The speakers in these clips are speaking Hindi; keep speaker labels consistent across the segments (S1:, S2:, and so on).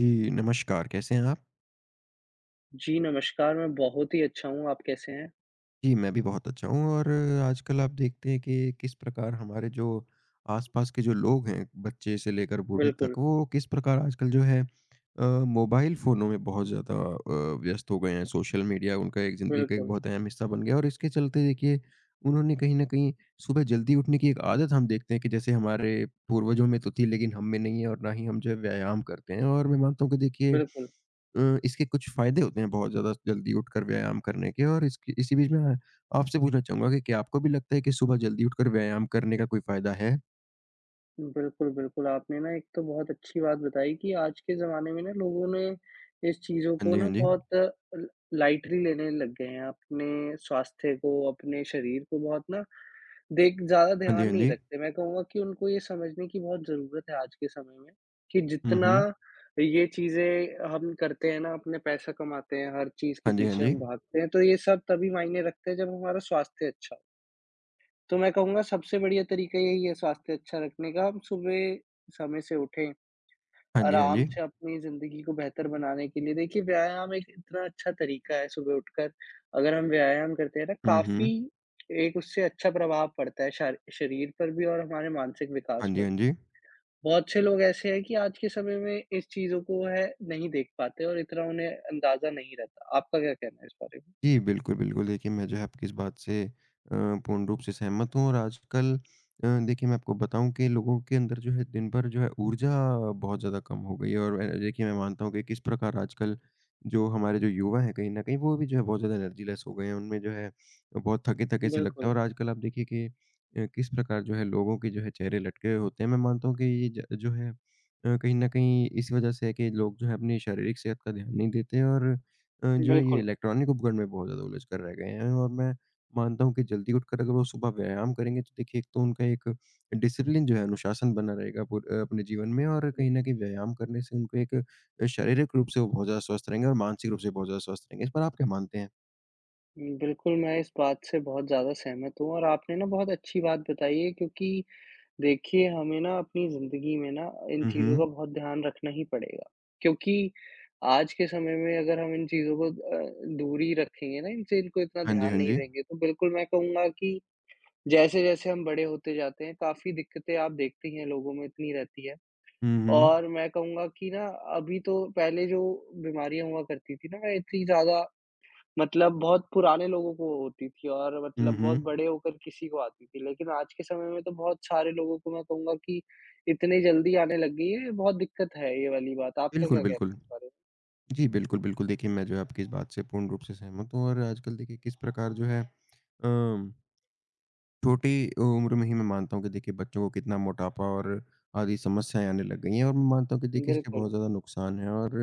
S1: जी, नमस्कार, कैसे हैं आप?
S2: जी, नमस्कार, मैं बहुत ही अच्छा हूँ, आप कैसे हैं?
S1: जी, मैं भी बहुत अच्छा हूँ और आजकल आप देखते हैं कि किस प्रकार हमारे जो आस-पास के जो लोग हैं, बच्चे से लेकर बूढ़े तक,
S2: बिल्कुल,
S1: वो किस प्रकार आजकल जो है अ, मोबाइल फ़ोनों में बहुत ज़्यादा व्यस्त हो गए हैं। सोशल मीडिया उनका एक ज़िंदगी का एक
S2: बिल्कुल,
S1: बहुत अहम हिस्सा बन गया है और इसके चलते देखिए, उन्होंने कहीं न कहीं सुबह जल्दी उठने की एक आदत हम देखते हैं कि जैसे हमारे पूर्वजों में तो थी, लेकिन हम में नहीं है और ना ही हम जो है व्यायाम करते हैं और मैं मानता हूँ कि देखिए
S2: बिल्कुल।
S1: इसके कुछ फ़ायदे होते हैं बहुत ज़्यादा जल्दी उठकर व्यायाम करने के और इसकी इसी बीच में मैं आपसे पूछना चाहूँगा कि क्या आपको भी लगता है कि सुबह जल्दी उठकर व्यायाम करने का कोई फ़ायदा है?
S2: बिल्कुल, बिल्कुल। आपने ना एक तो बहुत अच्छी बात बताई कि आज के ज़माने में ना लोगों ने इस चीज़ों
S1: हाँ
S2: को
S1: जी, हाँ
S2: ना
S1: जी।
S2: बहुत ल लाइटली लेने लग गए हैं। अपने स्वास्थ्य को, अपने शरीर को बहुत ना देख ज़्यादा
S1: हाँ जी,
S2: ध्यान
S1: हाँ
S2: नहीं
S1: जी।
S2: रखते। मैं कहूँगा कि उनको ये समझने की बहुत ज़रूरत है आज के समय में कि
S1: हुँ,
S2: जितना
S1: हुँ।
S2: ये चीज़ें हम करते हैं ना, अपने पैसा कमाते हैं, हर चीज़ के
S1: हाँ जी, हाँ
S2: पीछे
S1: जी।
S2: हम भागते हैं, तो ये सब तभी मायने रखते हैं जब हमारा स्वास्थ्य अच्छा हो। तो मैं कहूँगा सबसे बढ़िया तरीका यही है स्वास्थ्य अच्छा रखने का, हम सुबह समय से उठें,
S1: हाँ जी, हाँ
S2: आराम
S1: जी।
S2: से अपनी ज़िंदगी को बेहतर बनाने के लिए देखिए व्यायाम एक इतना अच्छा तरीका है सुबह उठकर अगर हम व्यायाम करते हैं ना
S1: हुँ,
S2: काफ़ी
S1: हुँ।
S2: एक उससे अच्छा प्रभाव पड़ता है शार शरीर पर भी और हमारे मानसिक
S1: हाँ
S2: विकास
S1: जी,
S2: पर
S1: हाँ
S2: भी।
S1: जी।
S2: बहुत से लोग ऐसे हैं कि आज के समय में इस चीज़ों को है नहीं देख पाते और इतना उन्हें अंदाज़ा नहीं रहता। आपका क्या कहना है इस बारे में?
S1: जी, बिल्कुल, बिल्कुल। देखिए, मैं जो है आपकी इस बात से अ, पूर्ण रूप से सहमत हूँ और आजकल देखिए मैं आपको बताऊँ कि लोगों के अंदर जो है दिन भर जो है ऊर्जा बहुत ज़्यादा कम हो गई है और देखिए मैं मानता हूँ कि किस प्रकार आजकल जो हमारे जो युवा हैं कहीं न कहीं वो भी जो है बहुत ज़्यादा एनर्जी लेस हो गए हैं। उनमें जो है बहुत थके-थके से लगता है
S2: बिल्कुल,
S1: और आजकल आप देखिए कि किस प्रकार जो है लोगों के जो है चेहरे लटके हुए होते हैं। मैं मानता हूँ कि ये ज जो है कहीं न कहीं इस वज़ह से है कि लोग जो है अपनी शारीरिक सेहत का ध्यान नहीं देते और जो है ये
S2: बिल्कुल।
S1: इलेक्ट्रॉनिक उपकरण में बहुत ज़्यादा उलझ कर रह गए हैं और मैं मानता हूँ कि जल्दी उठकर अगर वो सुबह व्यायाम करेंगे तो देखिए एक तो उनका एक डिसिप्लिन जो है अनुशासन बना रहेगा अपने जीवन में और कहीं ना कहीं व्यायाम करने से उनको एक शारीरिक रूप से वो बहुत ज़्यादा स्वस्थ रहेंगे और मानसिक रूप से बहुत ज़्यादा स्वस्थ रहेंगे इस पर आप क्या मानते हैं।
S2: बिल्कुल, मैं इस बात से बहुत ज़्यादा सहमत हूँ और आपने ना बहुत अच्छी बात बताई है, क्योंकि देखिए, हमें ना अपनी ज़िंदगी में ना इन
S1: हुँ,
S2: चीज़ों
S1: हुँ,
S2: का बहुत ध्यान रखना ही पड़ेगा। क्योंकि आज के समय में अगर हम इन चीज़ों को दूर ही रखेंगे ना इनसे, इनको इतना
S1: हाँ जी,
S2: ध्यान
S1: हाँ
S2: नहीं
S1: जी।
S2: देंगे, तो बिल्कुल मैं कहूँगा कि जैसे-जैसे हम बड़े होते जाते हैं, काफ़ी दिक्कतें आप देखते ही हैं लोगों में इतनी रहती है।
S1: हुँ, हुँ,
S2: और मैं कहूँगा कि ना अभी तो पहले जो बीमारियाँ हुआ करती थी ना, मैं इतनी ज़्यादा मतलब बहुत पुराने लोगों को होती थी और
S1: हुँ,
S2: मतलब बहुत
S1: हुँ।
S2: बड़े होकर किसी को आती थी। लेकिन आज के समय में तो बहुत सारे लोगों को मैं कहूँगा कि इतनी जल्दी आने लग गई है, बहुत दिक्कत है ये वाली बात। आपका
S1: बिल्कुल,
S2: क्या कहना
S1: बिल्कुल।
S2: है इस बारे
S1: जी, बिल्कुल, बिल्कुल देखिए मैं जो है आपकी इस बात से पूर्ण रूप से सहमत हूँ और आजकल देखिए किस प्रकार जो है अम छोटी उम्र में ही मैं मानता हूँ कि देखिए बच्चों को कितना मोटापा और आदि समस्याएं आने लग गई हैं और मैं मानता हूँ कि
S2: में?
S1: देखिए इसके
S2: बिल्कुल,
S1: बहुत ज़्यादा नुकसान है और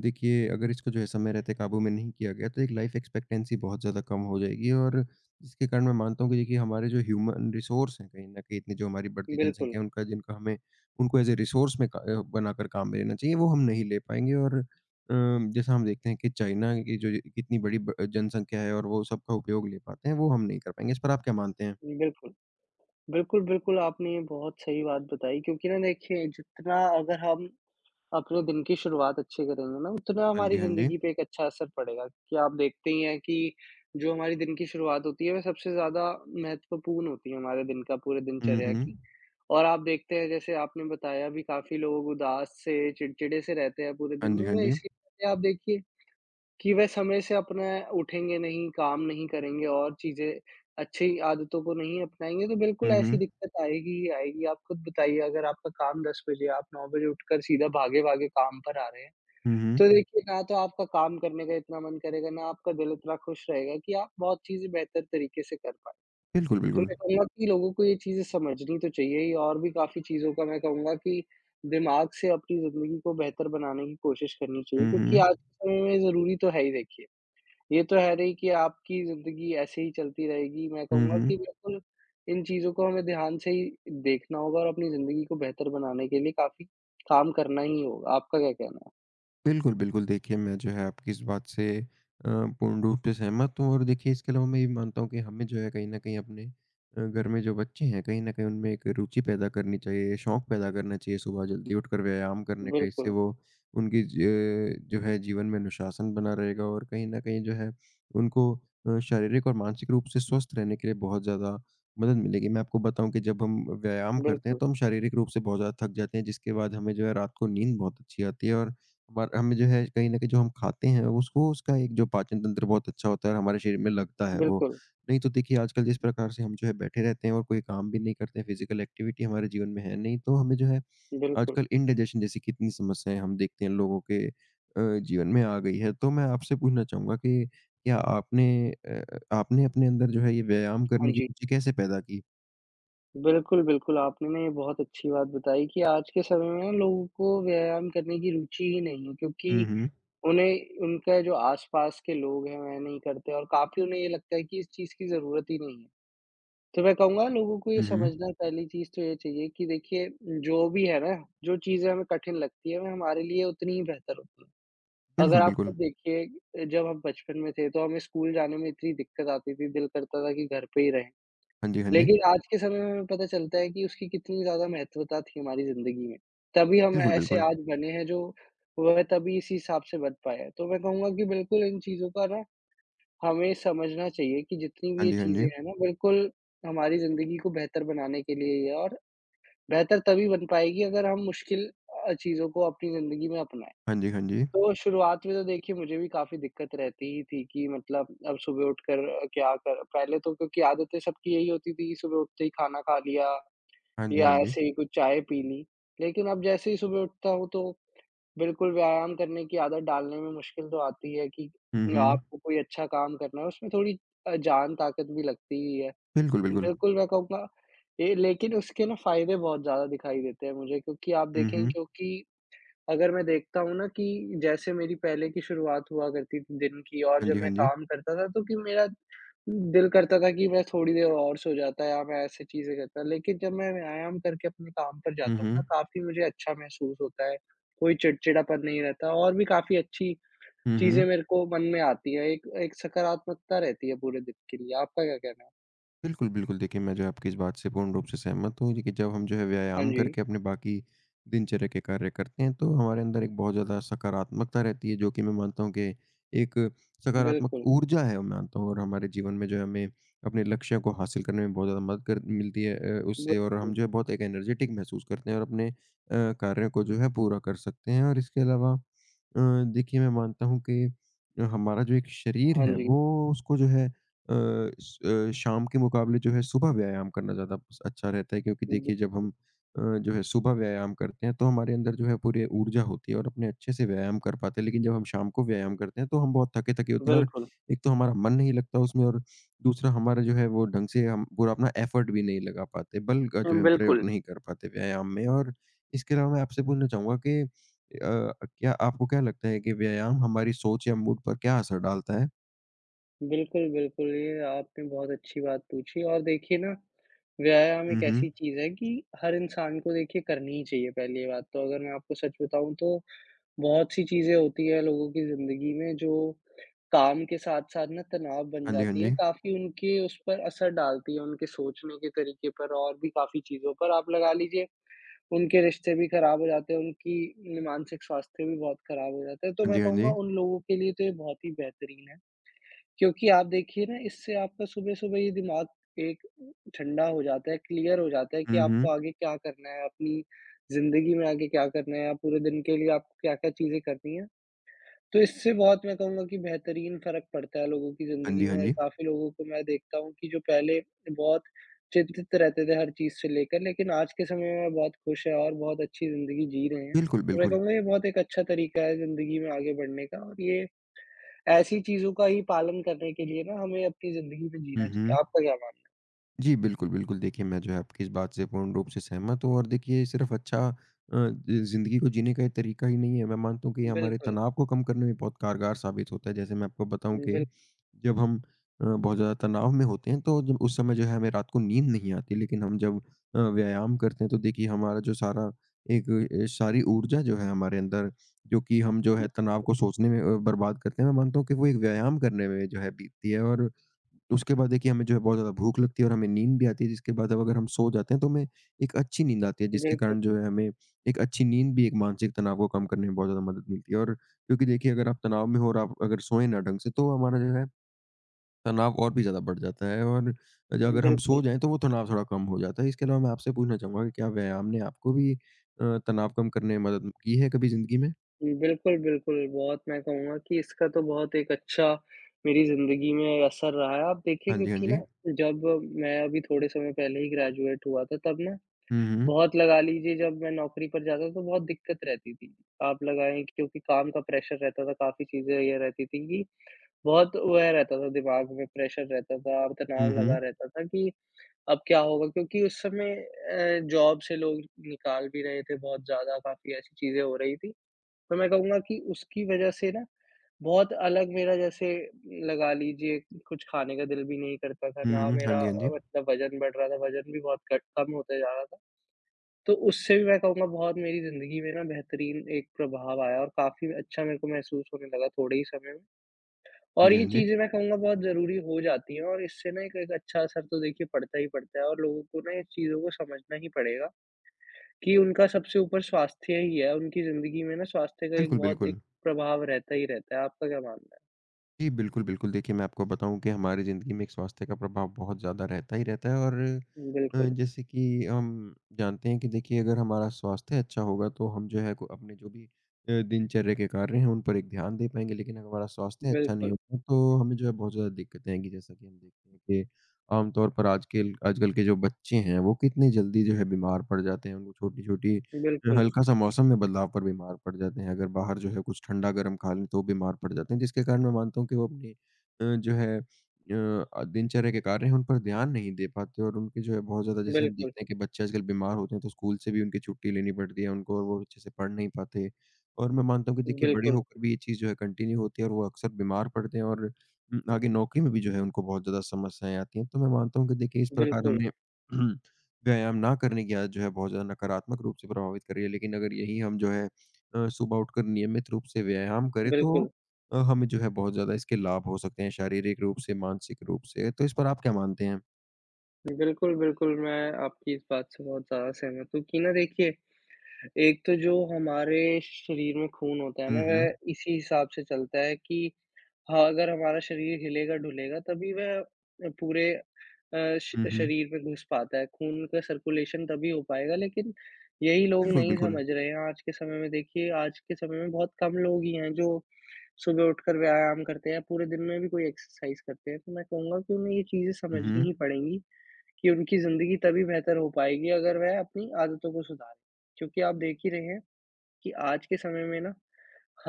S1: देखिए अगर इसको जो है समय रहते काबू में नहीं किया गया तो एक लाइफ एक्सपेक्टेंसी बहुत ज़्यादा कम हो जाएगी और जिसके कारण मैं मानता हूँ कि देखिए हमारे जो ह्यूमन रिसोर्स हैं कहीं ना कहीं इतनी जो हमारी बढ़ती
S2: बिल्कुल,
S1: जनसंख्या है उनका जिनका हमें उनको एज ए रिसोर्स में बनाकर काम में लेना चाहिए वो हम नहीं ले पाएंगे और जैसा हम देखते हैं कि चाइना की जो कितनी बड़ी जनसंख्या है और वो सबका उपयोग ले पाते हैं वो हम नहीं कर पाएंगे इस पर आप क्या मानते हैं।
S2: बिल्कुल। बिल्कुल, बिल्कुल, आपने ये बहुत सही बात बताई, क्योंकि ना देखिए जितना अगर हम अपने दिन की शुरुआत अच्छी करेंगे ना, उतना
S1: हाँ जी,
S2: हमारी
S1: हाँ जी।
S2: ज़िंदगी पे एक अच्छा असर पड़ेगा। कि आप देखते ही हैं कि जो हमारी दिन की शुरुआत होती है, वह सबसे ज़्यादा महत्वपूर्ण होती है हमारे दिन का, पूरे
S1: हुँ,
S2: दिनचर्या
S1: हुँ।
S2: की। और आप देखते हैं जैसे आपने बताया भी, काफ़ी लोग उदास से, चिड़चिड़े से रहते हैं पूरे
S1: हाँ
S2: दिन
S1: जी,
S2: में,
S1: हाँ
S2: वह
S1: जी।
S2: इसकी वजह आप देखिए कि वह समय से अपना उठेंगे नहीं, काम नहीं करेंगे और चीज़ें अच्छी आदतों को नहीं अपनाएँगे, तो बिल्कुल
S1: हुँ,
S2: ऐसी
S1: हुँ।
S2: दिक्कत आएगी ही आएगी। आप खुद बताइए, अगर आपका काम 10 बजे, आप 9 बजे उठकर सीधा भागे-भागे काम पर आ रहे हैं,
S1: हुँ, हुँ।
S2: तो देखिए ना तो आपका काम करने का इतना मन करेगा, ना आपका दिल इतना खुश रहेगा कि आप बहुत चीज़ें बेहतर तरीके से कर पाएँ।
S1: बिल्कुल,
S2: तो
S1: बिल्कुल।
S2: मैं कहूँगा कि लोगों को ये चीज़ें समझनी तो चाहिए ही, और भी काफ़ी चीज़ों का मैं कहूँगा कि दिमाग से अपनी ज़िंदगी को बेहतर बनाने की कोशिश करनी चाहिए,
S1: हुँ,
S2: क्योंकि
S1: हुँ।
S2: आज के समय में ज़रूरी तो है ही देखिए। ये तो है रही कि आपकी ज़िंदगी ऐसे ही चलती रहेगी। मैं
S1: हुँ,
S2: कहूँगा
S1: हुँ।
S2: कि बिल्कुल इन चीज़ों को हमें ध्यान से ही देखना होगा और अपनी ज़िंदगी को बेहतर बनाने के लिए काफ़ी काम करना ही होगा। आपका क्या कहना है?
S1: बिल्कुल, बिल्कुल। देखिए, मैं जो है आपकी इस बात से अ, पूर्ण रूप से सहमत हूँ और देखिए इसके अलावा मैं ये भी मानता हूँ कि हमें जो है कहीं न कहीं अपने घर में जो बच्चे हैं, कहीं न कहीं उनमें एक रुचि पैदा करनी चाहिए, शौक पैदा करना चाहिए सुबह जल्दी उठकर व्यायाम करने का। इससे
S2: बिल्कुल,
S1: वो उनकी ज जो है जीवन में अनुशासन बना रहेगा और कहीं न कहीं जो है उनको शारीरिक और मानसिक रूप से स्वस्थ रहने के लिए बहुत ज़्यादा मदद मिलेगी। मैं आपको बताऊँ कि जब हम व्यायाम करते हैं,
S2: बिल्कुल,
S1: तो हम शारीरिक रूप से बहुत ज़्यादा थक जाते हैं, जिसके बाद हमें जो है रात को नींद बहुत अच्छी आती है और हमार हमें जो है कहीं न कहीं जो हम खाते हैं उसको उसका एक जो पाचन तंत्र बहुत अच्छा होता है और हमारे शरीर में लगता है वो।
S2: बिल्कुल,
S1: नहीं तो देखिए आजकल जिस प्रकार से हम जो है बैठे रहते हैं और कोई काम भी नहीं करते हैं, फ़िज़िकल एक्टिविटी हमारे जीवन में है नहीं तो हमें जो है
S2: बिल्कुल।
S1: आजकल इंडाइजेशन जैसी कितनी समस्याएँ हम देखते हैं लोगों के जीवन में आ गई है। तो मैं आपसे पूछना चाहूँगा कि आपने अपने अंदर जो है ये व्यायाम
S2: हाँ
S1: करने की
S2: जी।
S1: रुचि कैसे पैदा की?
S2: बिल्कुल, बिल्कुल, आपने ना ये बहुत अच्छी बात बताई कि आज के समय में ना लोगों को व्यायाम करने की रुचि ही नहीं है,
S1: हुँ,
S2: क्योंकि
S1: हुँ।
S2: उन्हें उनका जो आस-पास के लोग हैं वह नहीं करते और काफ़ी उन्हें ये लगता है कि इस चीज़ की ज़रूरत ही नहीं है। तो मैं कहूँगा लोगों को ये
S1: हुँ, हुँ।
S2: समझना पहली चीज़ तो ये चाहिए कि देखिए जो भी है ना, जो चीज़ें हमें कठिन लगती है वो हमारे लिए उतनी ही बेहतर होती है। अगर
S1: बिल्कुल,
S2: आप
S1: बिल्कुल।
S2: खुद देखिए, जब हम बचपन में थे तो हमें स्कूल जाने में इतनी दिक्कत आती थी, दिल करता था कि घर पे ही रहें।
S1: हाँ जी, हाँ जी।
S2: लेकिन आज के समय में हमें पता चलता है कि उसकी कितनी ज़्यादा महत्वता थी हमारी ज़िंदगी में। तभी हम
S1: बिल्कुल,
S2: ऐसे
S1: बिल्कुल।
S2: आज बने हैं, जो वह तभी इसी हिसाब से बन पाए हैं। तो मैं कहूँगा कि बिल्कुल इन चीज़ों का ना हमें समझना चाहिए कि जितनी भी
S1: हाँ
S2: ये
S1: जी, हाँ
S2: चीज़ें
S1: जी।
S2: हैं ना, बिल्कुल हमारी ज़िंदगी को बेहतर बनाने के लिए ही है और बेहतर तभी बन पाएगी अगर हम मुश्किल चीज़ों को अपनी ज़िंदगी में अपनाएँ।
S1: हाँ जी, हाँ जी।
S2: तो शुरुआत में तो देखिए मुझे भी काफ़ी दिक्कत रहती ही थी कि मतलब अब सुबह उठकर क्या कर, पहले तो क्योंकि आदतें सबकी यही होती थी कि सुबह उठते ही खाना खा लिया
S1: हाँ जी, हाँ
S2: या
S1: जी।
S2: ऐसे ही कुछ चाय पी ली। लेकिन अब जैसे ही सुबह उठता हूँ तो बिल्कुल, व्यायाम करने की आदत डालने में मुश्किल तो आती है कि
S1: हुँ, हुँ।
S2: आपको कोई अच्छा काम करना है, उसमें थोड़ी जान ताकत भी लगती ही है।
S1: बिल्कुल, बिल्कुल।
S2: बिल्कुल, मैं कहूँगा ये, लेकिन उसके ना फ़ायदे बहुत ज़्यादा दिखाई देते हैं मुझे, क्योंकि आप
S1: हुँ,
S2: देखें,
S1: हुँ।
S2: क्योंकि अगर मैं देखता हूँ ना कि जैसे मेरी पहले की शुरुआत हुआ करती थी दिन की, और
S1: हाँ
S2: जब
S1: जी, हाँ
S2: मैं
S1: जी।
S2: काम करता था, तो कि मेरा दिल करता था कि मैं थोड़ी देर और सो जाता या मैं ऐसी चीज़ें करता। लेकिन जब मैं व्यायाम करके अपने काम पर
S1: हुँ,
S2: जाता हूँ ना,
S1: हुँ।
S2: काफ़ी मुझे अच्छा महसूस होता है, कोई चिड़चिड़ापन नहीं रहता और भी काफ़ी अच्छी
S1: हुँ, हुँ।
S2: चीज़ें मेरे को मन में आती हैं। एक एक सकारात्मकता रहती है पूरे दिन के लिए। आपका क्या कहना है?
S1: बिल्कुल, बिल्कुल। देखिए, मैं जो है आपकी इस बात से पूर्ण रूप से सहमत हूँ। देखिए, जब हम जो है
S2: हाँ
S1: व्यायाम
S2: जी,
S1: करके अपने बाकी दिनचर्या के कार्य करते हैं, तो हमारे अंदर एक बहुत ज़्यादा सकारात्मकता रहती है, जो कि मैं मानता हूँ कि एक सकारात्मक
S2: बिल्कुल,
S1: ऊर्जा है, मैं मानता हूँ और हमारे जीवन में जो है हमें अपने लक्ष्य को हासिल करने में बहुत ज़्यादा मदद कर मिलती है उससे और हम
S2: बिल्कुल।
S1: जो है बहुत एक एनर्जेटिक महसूस करते हैं और अपने कार्यों को जो है पूरा कर सकते हैं और इसके अलावा देखिए मैं मानता हूँ कि हमारा जो एक शरीर
S2: हाँ
S1: है,
S2: जी,
S1: वो उसको जो है अ, शाम के मुकाबले जो है सुबह व्यायाम करना ज़्यादा पस अच्छा रहता है क्योंकि
S2: बि
S1: देखिए जब हम अ, जो है सुबह व्यायाम करते हैं तो हमारे अंदर जो है पूरी ऊर्जा होती है और अपने अच्छे से व्यायाम कर पाते हैं। लेकिन जब हम शाम को व्यायाम करते हैं तो हम बहुत थके-थके होते हैं और
S2: बिल्कुल।
S1: एक तो हमारा मन नहीं लगता उसमें और दूसरा हमारा जो है वो ढंग से हम पूरा अपना एफर्ट भी नहीं लगा पाते, बल का जो है हम प्रयोग
S2: बिल्कुल।
S1: नहीं कर पाते व्यायाम में। और इसके अलावा मैं आपसे पूछना चाहूँगा कि क्या आपको क्या लगता है कि व्यायाम हमारी सोच या मूड पर क्या असर डालता है?
S2: बिल्कुल, बिल्कुल, ये आपने बहुत अच्छी बात पूछी, और देखिए ना, व्यायाम
S1: हुँ,
S2: एक
S1: हुँ।
S2: ऐसी चीज़ है कि हर इंसान को देखिए करनी ही चाहिए पहली बात तो। अगर मैं आपको सच बताऊँ तो बहुत सी चीज़ें होती हैं लोगों की ज़िंदगी में जो काम के साथ-साथ ना तनाव बन
S1: हाँ जी, हाँ
S2: जाती हैं,
S1: जी।
S2: काफ़ी उनके उस पर असर डालती है, उनके सोचने के तरीके पर और भी काफ़ी चीज़ों पर। आप लगा लीजिए उनके रिश्ते भी खराब हो जाते हैं, उनकी मानसिक स्वास्थ्य भी बहुत खराब हो जाता है। तो
S1: हाँ
S2: मैं
S1: जी, हाँ
S2: कहूँगा
S1: जी।
S2: उन लोगों के लिए तो ये बहुत ही बेहतरीन है। क्योंकि आप देखिए ना, इससे आपका सुबह-सुबह ये दिमाग एक ठंडा हो जाता है, क्लियर हो जाता है कि
S1: हुँ,
S2: आपको
S1: हुँ।
S2: आगे क्या करना है, अपनी ज़िंदगी में आगे क्या करना है या पूरे दिन के लिए आपको क्या-क्या चीज़ें करनी हैं। तो इससे बहुत मैं कहूँगा कि बेहतरीन फ़र्क पड़ता है लोगों की
S1: हाँ
S2: ज़िंदगी
S1: जी, हाँ
S2: में।
S1: जी।
S2: काफ़ी लोगों को मैं देखता हूँ कि जो पहले बहुत चिंतित रहते थे हर चीज़ से लेकर, लेकिन आज के समय में बहुत खुश हैं और बहुत अच्छी ज़िंदगी जी रहे हैं।
S1: बिल्कुल,
S2: तो मैं
S1: बिल्कुल।
S2: कहूँगा ये बहुत एक अच्छा तरीका है ज़िंदगी में आगे बढ़ने का, और ये ऐसी चीज़ों का ही पालन करने के लिए ना हमें अपनी ज़िंदगी में
S1: हुँ,
S2: जीना
S1: हुँ।
S2: चाहिए। आपका क्या मानना
S1: जी, बिल्कुल, बिल्कुल। देखिए, मैं जो है आपकी इस बात से पूर्ण रूप से सहमत हूँ और देखिए सिर्फ़ अच्छा ज़िंदगी को जीने का ये तरीका ही नहीं है। मैं मानता हूँ कि ये
S2: है?
S1: हमारे
S2: बिल्कुल,
S1: तनाव को कम करने में बहुत कारगर साबित होता है। जैसे मैं आपको बताऊँ कि
S2: बिल
S1: जब हम बहुत ज़्यादा तनाव में होते हैं तो जब उस समय जो है हमें रात को नींद नहीं आती। लेकिन हम जब व्यायाम करते हैं तो देखिए हमारा जो सारा सारी ऊर्जा जो है हमारे अंदर जो कि हम जो है तनाव को सोचने में बर्बाद करते हैं। मैं मानता हूँ कि वो एक व्यायाम करने में जो है बीतती है और उसके बाद देखिए हमें जो है बहुत ज़्यादा भूख लगती है और हमें नींद भी आती है जिसके बाद अब अगर हम सो जाते हैं तो हमें एक अच्छी नींद आती है जिसके
S2: बिल्कुल,
S1: कारण जो है हमें एक अच्छी नींद भी एक मानसिक तनाव को कम करने में बहुत ज़्यादा मदद मिलती है और क्योंकि देखिए अगर आप तनाव में हो और आप अगर सोए ना ढंग से तो हमारा जो है तनाव और भी ज़्यादा बढ़ जाता है और जो अगर हम सो
S2: बिल्कुल,
S1: जाएं तो वो तनाव थोड़ा कम हो जाता है। इसके अलावा मैं आपसे पूछना चाहूँगा कि क्या व्यायाम ने आपको भी तनाव कम करने में मदद की है कभी ज़िंदगी में?
S2: बिल्कुल, बिल्कुल। बहुत मैं कहूँगा कि इसका तो बहुत एक अच्छा मेरी ज़िंदगी में असर रहा है। आप देखिए,
S1: हाँ जी, हाँ
S2: क्योंकि ना
S1: जी।
S2: जब मैं अभी थोड़े समय पहले ही ग्रेजुएट हुआ था तब ना,
S1: हुँ, हुँ।
S2: बहुत लगा लीजिए, जब मैं नौकरी पर जाता था तो बहुत दिक्कत रहती थी। आप लगाएँ, क्योंकि काम का प्रेशर रहता था, काफ़ी चीज़ें ये रहती थी कि बहुत वह रहता था दिमाग में, प्रेशर रहता था और
S1: हुँ,
S2: तनाव लगा
S1: हुँ।
S2: रहता था कि अब क्या होगा, क्योंकि उस समय जॉब से लोग निकाल भी रहे थे बहुत ज़्यादा, काफ़ी ऐसी चीज़ें हो रही थी। तो मैं कहूँगा कि उसकी वज़ह से ना बहुत अलग मेरा, जैसे लगा लीजिए कुछ खाने का दिल भी नहीं करता था,
S1: हुँ,
S2: ना
S1: हुँ। हाँ
S2: मेरा
S1: जी, हाँ जी।
S2: मतलब वज़न बढ़ रहा था, वज़न भी बहुत घट कम होता जा रहा था। तो उससे भी मैं कहूँगा बहुत मेरी ज़िंदगी में ना बेहतरीन एक प्रभाव आया और काफ़ी अच्छा मेरे को महसूस होने लगा थोड़े ही समय में।
S1: हाँ
S2: और
S1: जी, हाँ
S2: ये
S1: जी।
S2: चीज़ें मैं कहूँगा बहुत ज़रूरी हो जाती हैं, और इससे ना एक एक अच्छा असर तो देखिए पड़ता ही पड़ता है, और लोगों को ना इस चीज़ों को समझना ही पड़ेगा कि उनका सबसे ऊपर स्वास्थ्य ही है। उनकी ज़िंदगी में ना स्वास्थ्य का एक
S1: बिल्कुल,
S2: बहुत
S1: बिल्कुल।
S2: एक प्रभाव रहता ही रहता है। आपका क्या मानना
S1: जी, बिल्कुल, बिल्कुल। देखिए, मैं आपको बताऊँ कि हमारी ज़िंदगी में एक स्वास्थ्य का प्रभाव बहुत ज़्यादा रहता ही रहता है और
S2: है? बिल्कुल,
S1: जैसे कि हम जानते हैं कि देखिए अगर हमारा स्वास्थ्य अच्छा होगा तो हम जो है को अपने जो भी दिनचर्या के कार्य हैं, उन पर एक ध्यान दे पाएँगे। लेकिन अगर हमारा स्वास्थ्य अच्छा नहीं
S2: बिल्कुल,
S1: होगा तो हमें जो है बहुत ज़्यादा दिक्कतें आएँगी। जैसा कि हम देखते हैं कि आम तौर पर आजकल आजकल के जो बच्चे हैं, वो कितनी जल्दी जो है बीमार पड़ जाते हैं। उनको छोटी-छोटी
S2: बिल्कुल,
S1: हल्का-सा मौसम में बदलाव पर बीमार पड़ जाते हैं। अगर बाहर जो है कुछ ठंडा गरम खा लें तो वो बीमार पड़ जाते हैं, जिसके कारण मैं मानता हूँ कि वो अपनी अ, जो है अ अ, दिनचर्या के कार्य हैं उन पर ध्यान नहीं दे पाते और उनके जो है बहुत ज़्यादा जैसे हम
S2: बिल्कुल,
S1: देखते हैं कि बच्चे आजकल बीमार होते हैं तो स्कूल से भी उनकी छुट्टी लेनी पड़ती है उनको और वो अच्छे से पढ़ नहीं पाते। और मैं मानता हूँ कि देखिए बड़े
S2: बिल्कुल,
S1: होकर भी ये चीज़ जो है कंटिन्यू होती है और वो अक्सर बीमार पड़ते हैं और आगे नौकरी में भी जो है उनको बहुत ज़्यादा समस्याएँ आती हैं। तो मैं मानता हूँ कि देखिए इस प्रकार
S2: बिल्कुल,
S1: हमें व्यायाम ना करने की आदत जो है बहुत ज़्यादा नकारात्मक रूप से प्रभावित कर रही है। लेकिन अगर यही हम जो है सुबह उठकर नियमित रूप से व्यायाम करें तो
S2: बिल्कुल।
S1: हमें जो है बहुत ज़्यादा इसके लाभ हो सकते हैं शारीरिक रूप से, मानसिक रूप से। तो इस पर आप क्या मानते हैं?
S2: बिल्कुल, बिल्कुल, मैं आपकी इस बात से बहुत ज़्यादा सहमत हूँ कि ना देखिए, एक तो जो हमारे शरीर में खून होता है
S1: हुँ,
S2: ना,
S1: हुँ।
S2: वह इसी हिसाब से चलता है कि हाँ, अगर हमारा शरीर हिलेगा-डुलेगा तभी वह पूरे श
S1: हुँ, हुँ।
S2: शरीर में घुस पाता है, खून का सर्कुलेशन तभी हो पाएगा, लेकिन यही लोग
S1: बिल्कुल,
S2: नहीं
S1: बिल्कुल।
S2: समझ रहे हैं आज के समय में देखिए, आज के समय में बहुत कम लोग ही हैं जो सुबह उठकर व्यायाम करते हैं, पूरे दिन में भी कोई एक्सरसाइज करते हैं। तो मैं कहूँगा कि उन्हें ये चीज़ें
S1: हुँ,
S2: समझनी
S1: हुँ।
S2: ही पड़ेंगी कि उनकी ज़िंदगी तभी बेहतर हो पाएगी अगर वह अपनी आदतों को सुधारें। क्योंकि आप देख ही रहे हैं कि आज के समय में ना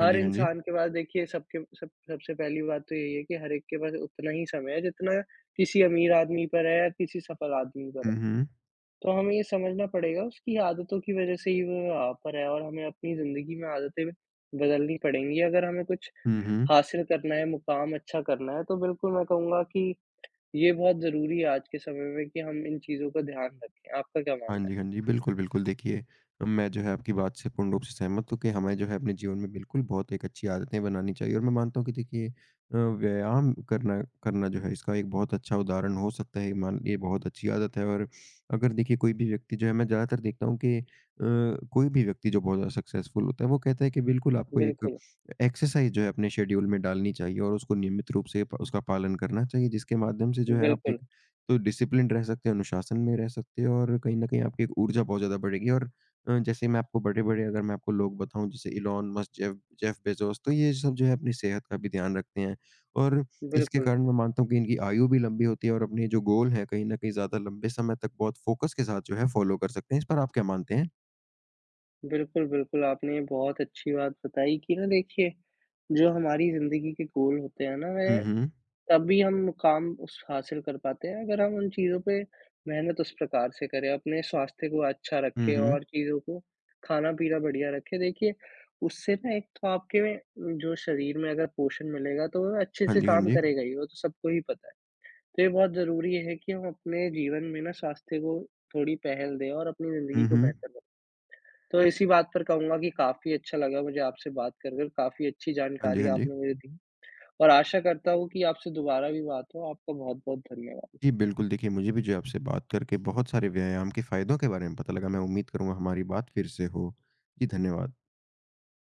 S1: हाँ जी, हाँ जी।
S2: इंसान के पास देखिए सबके सब सबसे पहली बात तो यही है कि हर एक के पास उतना ही समय है जितना किसी अमीर आदमी पर है या किसी सफल आदमी पर है।
S1: हुँ, हुँ।
S2: तो हमें ये समझना पड़ेगा उसकी आदतों की वज़ह से ही वो यहाँ पर है और हमें अपनी ज़िंदगी में आदतें बदलनी पड़ेंगी। अगर हमें कुछ
S1: हुँ, हुँ।
S2: हासिल करना है, मुकाम अच्छा करना है, तो बिल्कुल मैं कहूँगा कि ये बहुत ज़रूरी है आज के समय में कि हम इन चीज़ों का ध्यान रखें। आपका क्या
S1: हाँ
S2: मानना
S1: जी, हाँ जी। बिल्कुल, बिल्कुल। देखिए, मैं जो है आपकी बात से पूर्ण रूप से सहमत हूँ कि हमें जो है अपने जीवन में बिल्कुल बहुत एक अच्छी आदतें बनानी चाहिए और मैं मानता हूँ कि देखिए व्यायाम करना करना जो है इसका एक बहुत अच्छा उदाहरण हो सकता है। मान ये बहुत अच्छी आदत है और अगर देखिए कोई भी व्यक्ति जो है मैं ज़्यादातर देखता हूँ कि कोई भी व्यक्ति जो बहुत ज़्यादा सक्सेसफुल होता है वो कहता है कि बिल्कुल
S2: है?
S1: आपको एक
S2: बिल्कुल,
S1: एक्सरसाइज़ जो है अपने शेड्यूल में डालनी चाहिए और उसको नियमित रूप से प उसका पालन करना चाहिए जिसके माध्यम से जो है आप एक
S2: बिल्कुल,
S1: तो डिसिप्लिन रह सकते हैं, अनुशासन में रह सकते हैं और कहीं न कहीं आपकी एक ऊर्जा बहुत ज़्यादा बढ़ेगी और जैसे मैं आपको बड़े-बड़े अगर मैं आपको लोग बताऊँ जैसे Elon Musk, Jeff Jeff Bezos तो ये सब जो है अपनी सेहत का भी ध्यान रखते हैं और इसके
S2: बिल्कुल।
S1: कारण मैं मानता हूँ कि इनकी आयु भी लंबी होती है और अपने जो गोल हैं कहीं न कहीं ज़्यादा लंबे समय तक बहुत फ़ोकस के साथ जो है फ़ॉलो कर सकते हैं। इस पर आप क्या मानते हैं?
S2: बिल्कुल, बिल्कुल, आपने ये बहुत अच्छी बात बताई कि ना देखिए, जो हमारी ज़िंदगी के गोल होते हैं ना,
S1: हुँ,
S2: वह
S1: हुँ।
S2: तभी हम काम उस हासिल कर पाते हैं, अगर हम उन चीज़ों पे मेहनत उस प्रकार से करें, अपने स्वास्थ्य को अच्छा
S1: हुँ,
S2: रखें
S1: हुँ।
S2: और चीज़ों को खाना-पीना बढ़िया रखें। देखिए, उससे ना एक तो आपके में जो शरीर में अगर पोषण मिलेगा, तो वह अच्छे
S1: हाँ
S2: से
S1: जी, हाँ
S2: काम
S1: जी।
S2: करेगा ही, वो तो सबको ही पता है। तो ये बहुत ज़रूरी है कि हम अपने जीवन में ना स्वास्थ्य को थोड़ी पहल दें और अपनी
S1: हुँ,
S2: ज़िंदगी को
S1: हुँ।
S2: बेहतर, तो इसी बात पर कहूँगा कि काफ़ी अच्छा लगा मुझे आपसे बात कर कर, काफ़ी अच्छी
S1: हाँ जी,
S2: जानकारी
S1: हाँ जी।
S2: आपने मुझे दी और आशा करता हूँ कि आपसे दोबारा भी बात हो। आपका बहुत-बहुत धन्यवाद।
S1: जी, बिल्कुल। देखिए, मुझे भी जो है आपसे बात करके बहुत सारे व्यायाम के फ़ायदों के बारे में पता लगा। मैं उम्मीद करूँगा हमारी बात फिर से हो। जी, धन्यवाद।